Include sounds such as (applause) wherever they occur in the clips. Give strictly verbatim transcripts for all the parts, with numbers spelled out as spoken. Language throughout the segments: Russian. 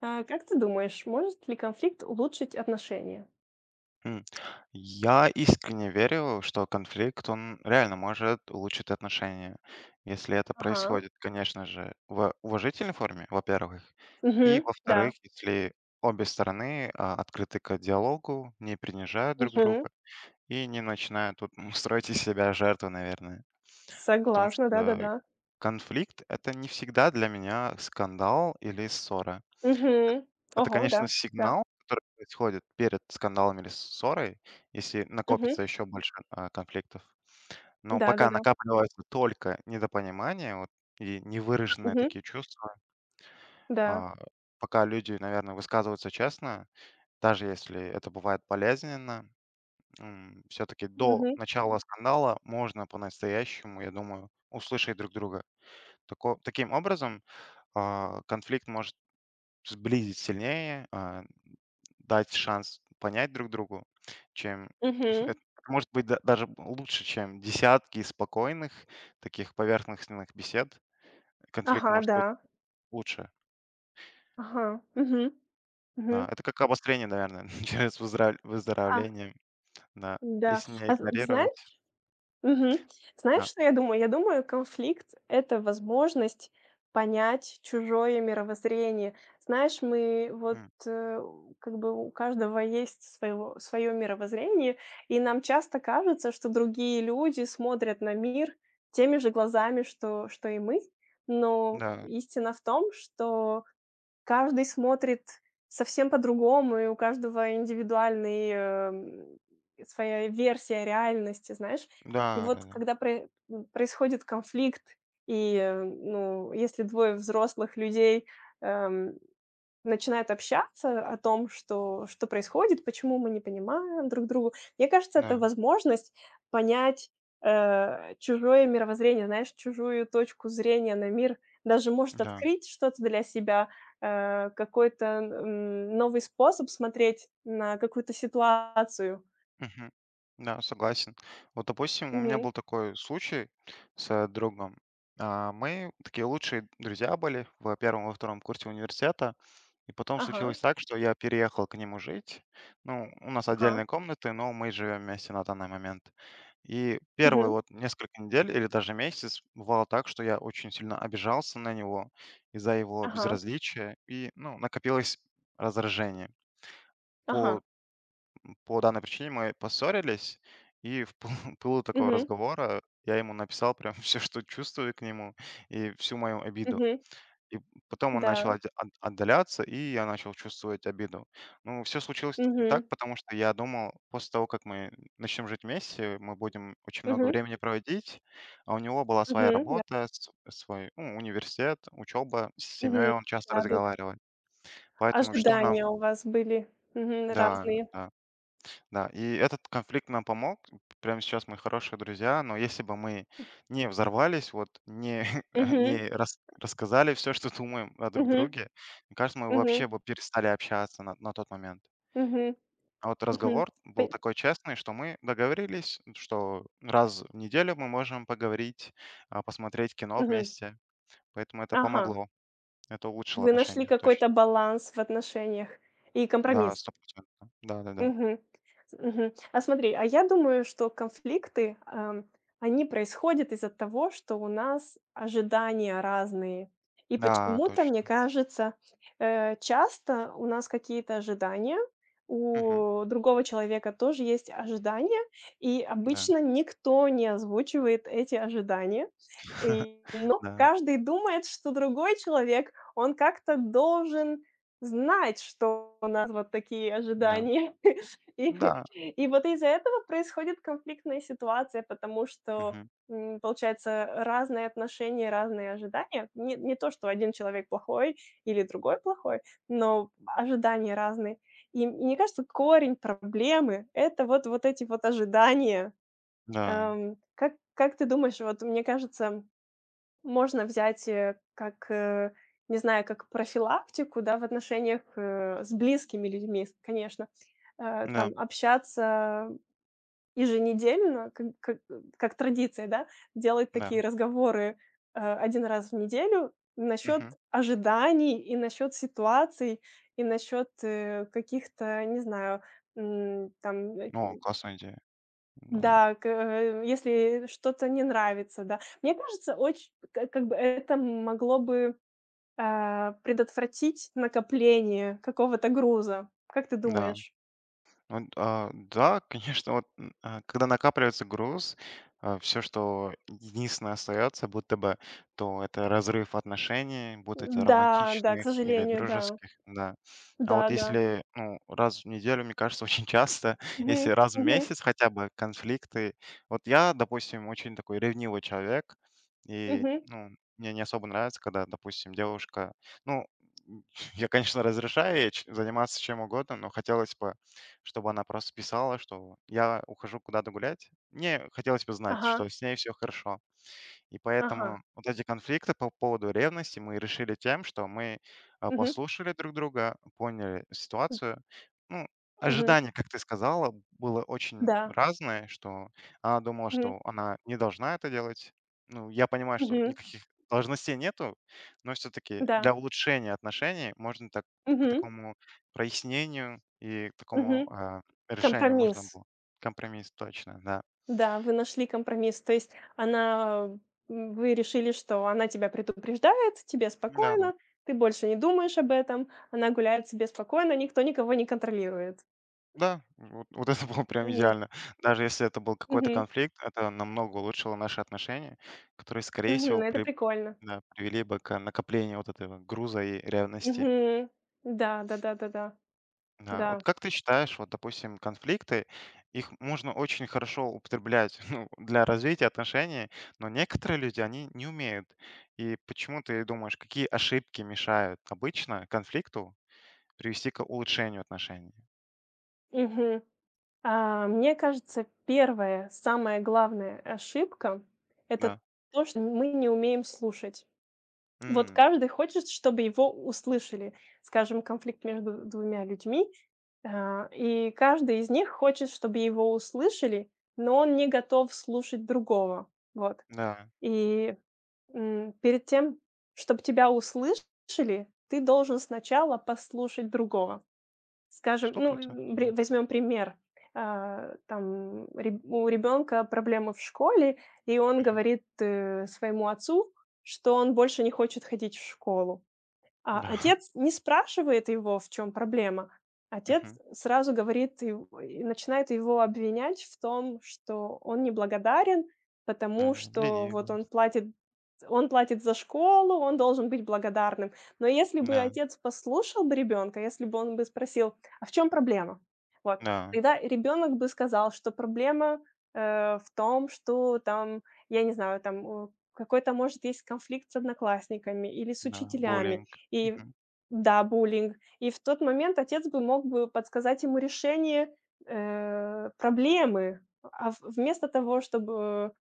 А, как ты думаешь, может ли конфликт улучшить отношения? М. Я искренне верю, что конфликт, он реально может улучшить отношения. Если это Ага. происходит, конечно же, в уважительной форме, во-первых, и, Мгм. Да. во-вторых, если обе стороны а, открыты к диалогу, не принижают друг Мгм. друга и не начинают тут (laughs) строить из себя жертву, наверное. Потому Согласна, что да-да-да. конфликт— это не всегда для меня скандал или ссора. Мгм. Это, Ого, да, конечно, да. сигнал, который происходит перед скандалами или ссорой, если накопится Мгм. еще больше, а, конфликтов. Но пока Да-да-да. накапливается только недопонимание, вот, и невыраженные Мгм. такие чувства, Да. а, пока люди, наверное, высказываются честно, даже если это бывает болезненно, все-таки до Мгм. начала скандала можно по-настоящему, я думаю, услышать друг друга. Тако таким образом, а, конфликт может сблизить сильнее, а, дать шанс понять друг другу, чем (laughs) Мгм. это может быть да даже лучше, чем десятки спокойных таких поверхностных бесед. Конфликт Ага, может да. быть лучше. Ага. Мгм. Да, Мгм. это как обострение, наверное, (laughs) через выздра А, выздоровление. Да, да. если не А з зна игнорировать. Мгм. Знаешь, Да. что я думаю? Я думаю, конфликт — это возможность понять чужое мировоззрение. Знаешь, мы вот, М. э, как бы у каждого есть своего своё мировоззрение, и нам часто кажется, что другие люди смотрят на мир теми же глазами, что что и мы. Но Да. истина в том, что каждый смотрит совсем по-другому, и у каждого индивидуальный, эм, своя версия реальности, знаешь. И вот Да-да-да. когда про м, происходит конфликт, и, э, ну, если двое взрослых людей, эм, начинают общаться о том, что что происходит, почему мы не понимаем друг друга. Мне кажется, Да. это Да. возможность понять, э, чужое мировоззрение, знаешь, чужую точку зрения на мир, даже Да. может Да. открыть что-то для себя, э, какой-то, м, новый способ смотреть на какую-то ситуацию. Мгм. Да, согласен. Вот, допустим, у меня Мгм. был такой случай с другом. А, Мы такие лучшие друзья были в первом, во втором курсе университета. И потом Ага, случилось так, что я переехал к нему жить. Ну, у нас ага, отдельные комнаты, но мы живем вместе на данный момент. И первые мгм, вот несколько недель или даже месяц бывало так, что я очень сильно обижался на него из-за его ага, безразличия. И, ну, накопилось раздражение ага, по по данной причине мы поссорились, и в пылу (laughs) пылу такого мгм, разговора я ему написал прям (laughs) все что чувствую к нему, и всю мою обиду. мгм, И потом он начал да, отд от отдаляться, и я начал чувствовать обиду. Ну, все случилось т так, мгм, потому что я думал, после того, как мы начнем жить вместе, мы будем очень много мгм, времени проводить, а у него была своя мгм, да, работа, с свой, ну, университет, учеба, с семьей мгм, он часто да-да. разговаривает. Поэтому что нам. Ожидания у вас были, мгм, Да, разные. да. Да, и этот конфликт нам помог. Прямо сейчас мы хорошие друзья, но если бы мы не взорвались, вот не, (laughs) Мгм, не рас- рассказали все, что думаем о друг мгм, друге, мне кажется, мы мгм, вообще бы перестали общаться на, на тот момент. мгм, А вот мгм. разговор П был такой честный, что мы договорились, что раз в неделю мы можем поговорить, а, посмотреть кино Мгм. вместе. Поэтому это Ага. помогло, это улучшило Вы нашли отношения, какой-то точно. баланс в отношениях и Да, компромисс. сто процентов. Да, да, да. Мгм. Мгм. А смотри, а я думаю, что конфликты, ам, они происходят из-за того, что у нас ожидания разные. И Да, почему-то, мне точно. кажется, э, часто у нас какие-то ожидания, Мгм. у другого человека тоже есть ожидания, и Да, обычно никто не озвучивает эти ожидания. (laughs) И- но да, каждый думает, что другой человек, он как-то должен знать, что у нас вот такие да. ожидания. (laughs) И Да, и вот из-за этого происходит конфликтная ситуация, потому что, мгм, м, получается, разные отношения, разные ожидания. Не не то, что один человек плохой или другой плохой, но ожидания разные. И м мне кажется, корень проблемы — это вот вот эти вот ожидания. да, Эм, как как ты думаешь, вот мне кажется, можно взять, э, как, э, не знаю, как профилактику, да, в отношениях, э, с близкими людьми, с конечно. Э, там да, общаться еженедельно, как как как традиция, да, делать такие да, разговоры, э, один раз в неделю насчет мгм. ожиданий и насчет ситуаций, и насчет, э, каких-то, не знаю, м, там, э О, классная идея, да, да, к э, если что-то не нравится, да. Мне кажется, очень к как бы это могло бы, а, предотвратить накопление какого-то груза. Как ты да. думаешь? Ну а, да, конечно, вот, м, а, когда накапливается груз, все, что единственное остается, будто бы, то это разрыв отношений, будь это Да, да, к романтичных или сожалению, да. дружеских, да. А вот Да, да. если, ну, раз в неделю, мне кажется, очень часто, (laughs) если Мгм, раз в мгм, месяц хотя бы конфликты. Вот я, допустим, очень такой ревнивый человек, и, мгм. ну, мне не особо нравится, когда, допустим, девушка ну, (laughs) я, конечно, разрешаю ей ч заниматься чем угодно, но хотелось бы чтобы она просто писала, что я ухожу куда-то гулять. Мне хотелось бы знать, Ага, что с ней все хорошо. И ага. поэтому вот эти конфликты по поводу ревности мы решили тем, что мы, а, Мгм, послушали друг друга, поняли ситуацию. Ну, мгм. ожидание, как ты сказала, было очень Да. разное, что она думала, Мгм, что она не должна это делать. Ну, я понимаю, что мгм. никаких должностей нету, но все-таки Да. для улучшения отношений можно так к Мгм, такому прояснению и к такому, мгм. а, решению можно Компромисс. было. Компромисс, точно, да. Да, вы нашли компромисс. То есть она, м, вы решили, что она тебя предупреждает, тебе Да-да. спокойно, ты больше не думаешь об этом, она гуляет себе спокойно, никто никого не контролирует. Да, вот, вот это было прям Мгм. идеально. Даже если это был какой-то Мгм. конфликт, это намного улучшило наши отношения, которые, скорее Мгм. всего, Это при- прикольно. да, привели бы к накоплению вот этого груза и ревности. Мгм. Да, да, да, да, да, Да. Вот да. как ты считаешь, вот, допустим, конфликты, их можно очень хорошо употреблять (laughs) ну, для развития отношений, но некоторые люди, они не умеют. И почему ты думаешь, какие ошибки мешают обычно конфликту привести к улучшению отношений? Мгм. А, мне кажется, первая, самая главная ошибка — это Да. то, что мы не умеем слушать. Вот М, каждый хочет, чтобы его услышали. Скажем, конфликт между двумя людьми. А, и каждый из них хочет, чтобы его услышали, но он не готов слушать другого. Вот. да, И, м, перед тем, чтобы тебя услышали, ты должен сначала послушать другого. Скажем, сто ну, процентов. Да. возьмем пример. А, там реб у ребенка проблемы в школе, и он говорит, э, своему отцу, что он больше не хочет ходить в школу. А Да, отец (laughs) не спрашивает его, в чем проблема. Отец мгм, сразу говорит и и начинает его обвинять в том, что он неблагодарен, потому да, что длиннее. вот он платит он платит за школу, он должен быть благодарным. Но если бы Да, отец послушал бы ребенка, если бы он бы спросил: "А в чем проблема?" Вот, да, тогда ребенок бы сказал, что проблема, э, в том, что там, я не знаю, там, э, какой-то, может, есть конфликт с одноклассниками или с да, учителями, боленько. и Мгм. да, буллинг. И в тот момент отец бы мог бы подсказать ему решение, э, проблемы, а в вместо того, чтобы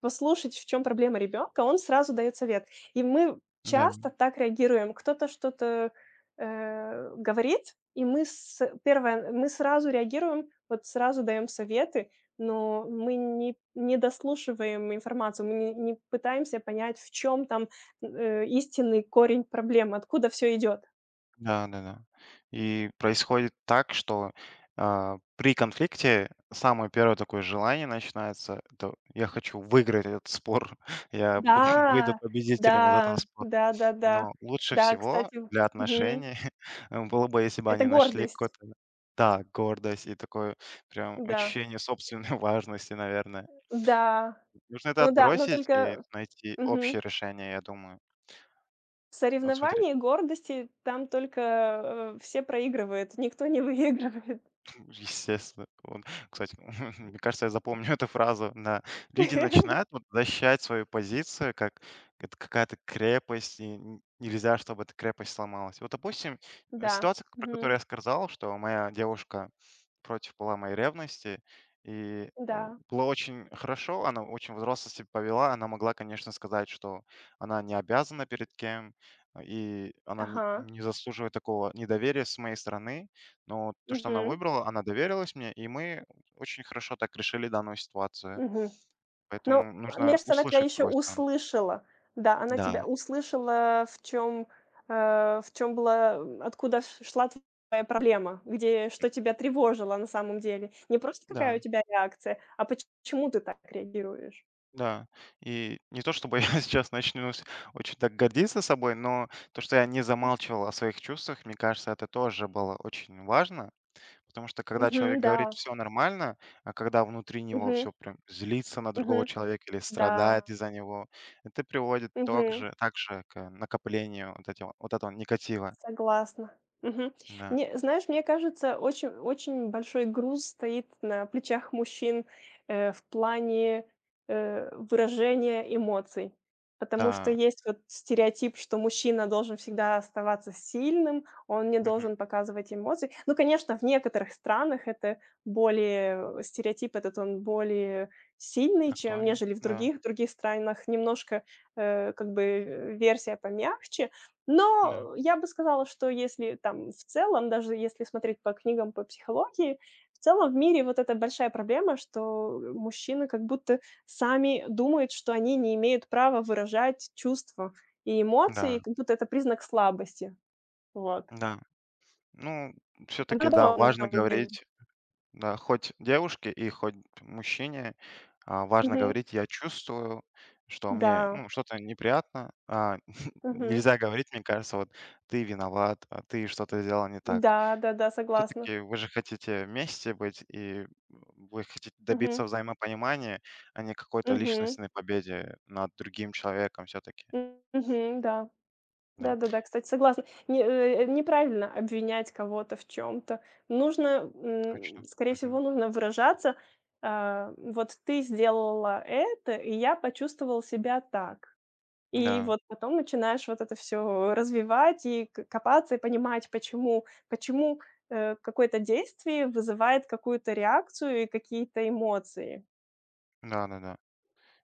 послушать, в чем проблема ребенка, он сразу даёт совет. И мы Да, часто так реагируем. Кто-то что-то, э, говорит, и мы с первое, мы сразу реагируем, вот сразу даём советы, но мы не не дослушиваем информацию, мы не не пытаемся понять, в чем там, э, истинный корень проблемы, откуда все идёт. да-да-да. И происходит так, что, а, при конфликте самое первое такое желание начинается- это "я хочу выиграть этот спор, (laughs) я Да, буду выйду да, победителем из этого спора". да-да-да. Да, да. Но лучше Да, всего кстати, для мгм. отношений (laughs) было бы, если бы Это они нашли гордость. какой-то да, гордость и такое прям Да, ощущение собственной (laughs) важности, наверное. да. Нужно это Ну да, но отбросить и только найти мгм. общее решение, я думаю. В Вот смотри, соревновании гордости там только, э, все проигрывают, никто не выигрывает. (laughs) естественно. Он, кстати, (laughs) мне кажется, я запомню эту фразу. Да. Люди начинают (laughs) вот защищать свою позицию, как это какая-то крепость, и н- нельзя, чтобы эта крепость сломалась. Вот, допустим, э, Да, ситуация, к- про мгм, которую я сказал, что моя девушка против была моей ревности, и э, да, было очень хорошо, она очень взросло себя повела, она могла, конечно, сказать, что она не обязана перед кем, э, и она не ага, не заслуживает такого недоверия с моей стороны, но то, что она мгм, выбрала, она доверилась мне, и мы очень хорошо так решили данную ситуацию. мгм. Но, Поэтому а, мне нужно кажется, она тебя услышать с еще другой стороны. услышала. Да, она тебя Да, услышала, в чем в чем была, м, откуда ш шла твоя проблема, где что тебя тревожило на самом деле. Не просто какая у да, тебя реакция, а поч- почему ты так реагируешь. да. И не то чтобы (laughs) я сейчас начну с- очень так гордиться собой, но то, что я не замалчивал о своих чувствах, мне кажется, это тоже было очень важно. Потому что когда Мгм, человек говорит да, все нормально, а когда внутри него мгм, все прям злится на другого мгм. человека или Да, страдает из-за него, это приводит мгм. также, также к накоплению вот, этого, вот вот этого негатива. Согласна. Мгм. Да. Мне Знаешь, мне кажется, очень очень большой груз стоит на плечах мужчин, э, в плане, э, выражения эмоций. Потому что Да, есть вот стереотип, что мужчина должен всегда оставаться сильным, он не мгм. должен показывать эмоции. Ну, конечно, в некоторых странах это более э, стереотип этот, он более сильный, чем Актуально. нежели в Да, других. В других странах немножко, э, как бы, э, версия помягче. да, Но я бы сказала, что если там в целом, даже если смотреть по книгам по психологии, в целом в мире вот эта большая проблема, что мужчины как будто сами думают, что они не имеют права выражать чувства и эмоции, да, как будто это признак слабости. Вот. да. Ну, Это все-таки, да, наоборот, на важно самом деле. говорить, да, хоть девушке и хоть мужчине, а, важно Мгм. говорить: "Я чувствую, что мне, Да. ну, что-то неприятно". А, (laughs) Мгм. нельзя говорить, мне кажется, вот: "Ты виноват, а ты что-то сделал не так". Да-да-да, согласна. Все-таки вы же хотите вместе быть, и вы хотите Мгм. добиться взаимопонимания, а не какой-то Мгм. личностной победе над другим человеком все-таки. М, мгм, да. Да, Да-да-да, кстати, согласна. Не э, Неправильно обвинять кого-то в чем то. Нужно, м, точно. скорее всего, нужно выражаться, а, вот ты сделала это, и я почувствовал себя так. И Да, вот потом начинаешь вот это все развивать и к копаться, и понимать, почему почему, э, какое-то действие вызывает какую-то реакцию и какие-то эмоции. да-да-да.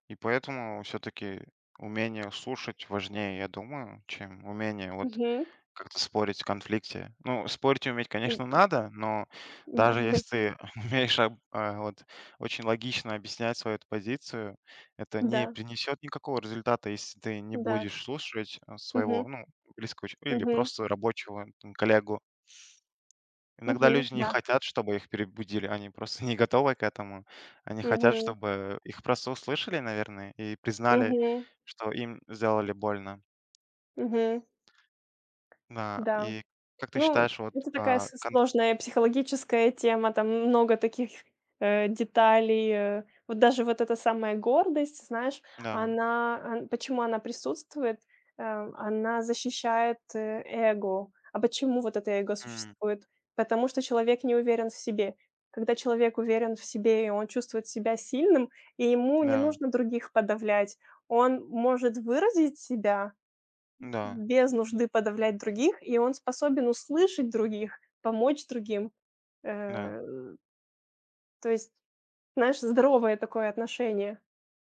И поэтому все-таки умение слушать важнее, я думаю, чем умение вот Мгм. как-то спорить в конфликте. Ну, спорить уметь, М, конечно, надо, но да, даже если (laughs) ты (laughs) умеешь об- а, вот, очень логично объяснять свою эту позицию, это не да, принесет никакого результата, если ты не да. будешь слушать а, Мгм, своего ну, близкого ч- или мгм, просто рабочего м, коллегу. Иногда мгм, люди не да. хотят, чтобы их перебудили, они просто (laughs) не готовы к этому. Они хотят, Мгм, чтобы их просто услышали, наверное, и признали, мгм. что им сделали больно. Мгм. Да, Да. и как ты Ну, считаешь, вот, это такая а, с кон сложная психологическая тема, там много таких, э, деталей. Э, вот даже вот эта самая гордость, знаешь, да, она ан почему она присутствует? Э, она защищает, э, эго. А почему вот это эго м, существует? Потому что человек не уверен в себе. Когда человек уверен в себе, и он чувствует себя сильным, и ему не да, нужно других подавлять, он может выразить себя, да, без нужды подавлять других, и он способен услышать других, помочь другим. да. Э, То есть, знаешь, здоровое такое отношение.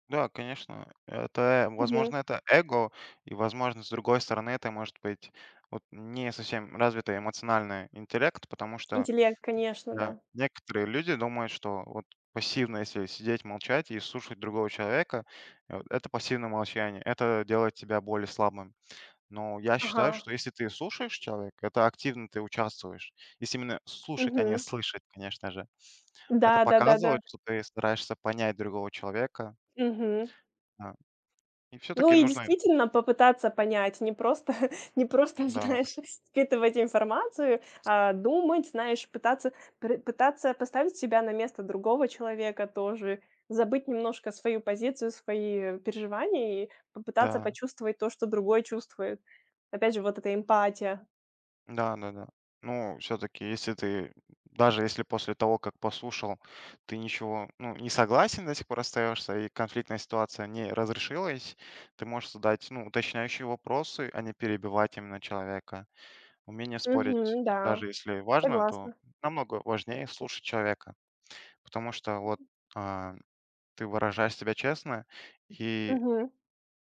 Да, конечно, это, Мгм. возможно, это эго, и, возможно, с другой стороны, это может быть вот не совсем развитый эмоциональный интеллект, потому что. Интеллект, конечно, Да, да. некоторые люди думают, что вот пассивно, если сидеть, молчать и слушать другого человека, э, вот это пассивное молчание, это делает тебя более слабым. Но я Ага. считаю, что если ты слушаешь человека, это активно ты участвуешь. Если именно слушать, а не Мгм. слышать, конечно же. Это Да-да-да-да. показывает, что ты стараешься понять другого человека. Мгм. Да. И Ну все-таки и нужно. действительно попытаться понять, не просто (laughs) не просто, Да, знаешь, впитывать информацию, а думать, знаешь, пытаться пр пытаться поставить себя на место другого человека тоже, забыть немножко свою позицию, свои переживания и попытаться да. почувствовать то, что другой чувствует. Опять же, вот эта эмпатия. Да-да-да. Ну, все-таки, если ты, даже если после того, как послушал, ты ничего, ну, не согласен до сих пор остаешься, и конфликтная ситуация не разрешилась, ты можешь задать, ну, уточняющие вопросы, а не перебивать именно человека. Умение спорить, Мгм, да, даже если важно, то согласна. намного важнее слушать человека, потому что вот а, ты выражаешь себя честно, и Мгм,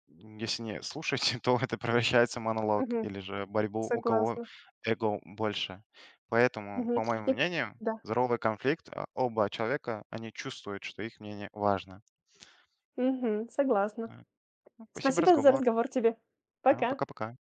если не слушать, (laughs) то это превращается в монолог мгм, или же борьбу, у кого согласна. эго больше. Поэтому, Мгм. по моему И мнению, да, здоровый конфликт, а, оба человека, они чувствуют, что их мнение важно. мгм, согласна. Да. Ну, спасибо, Спасибо за разговор. разговор тебе. Да, Пока. пока-пока.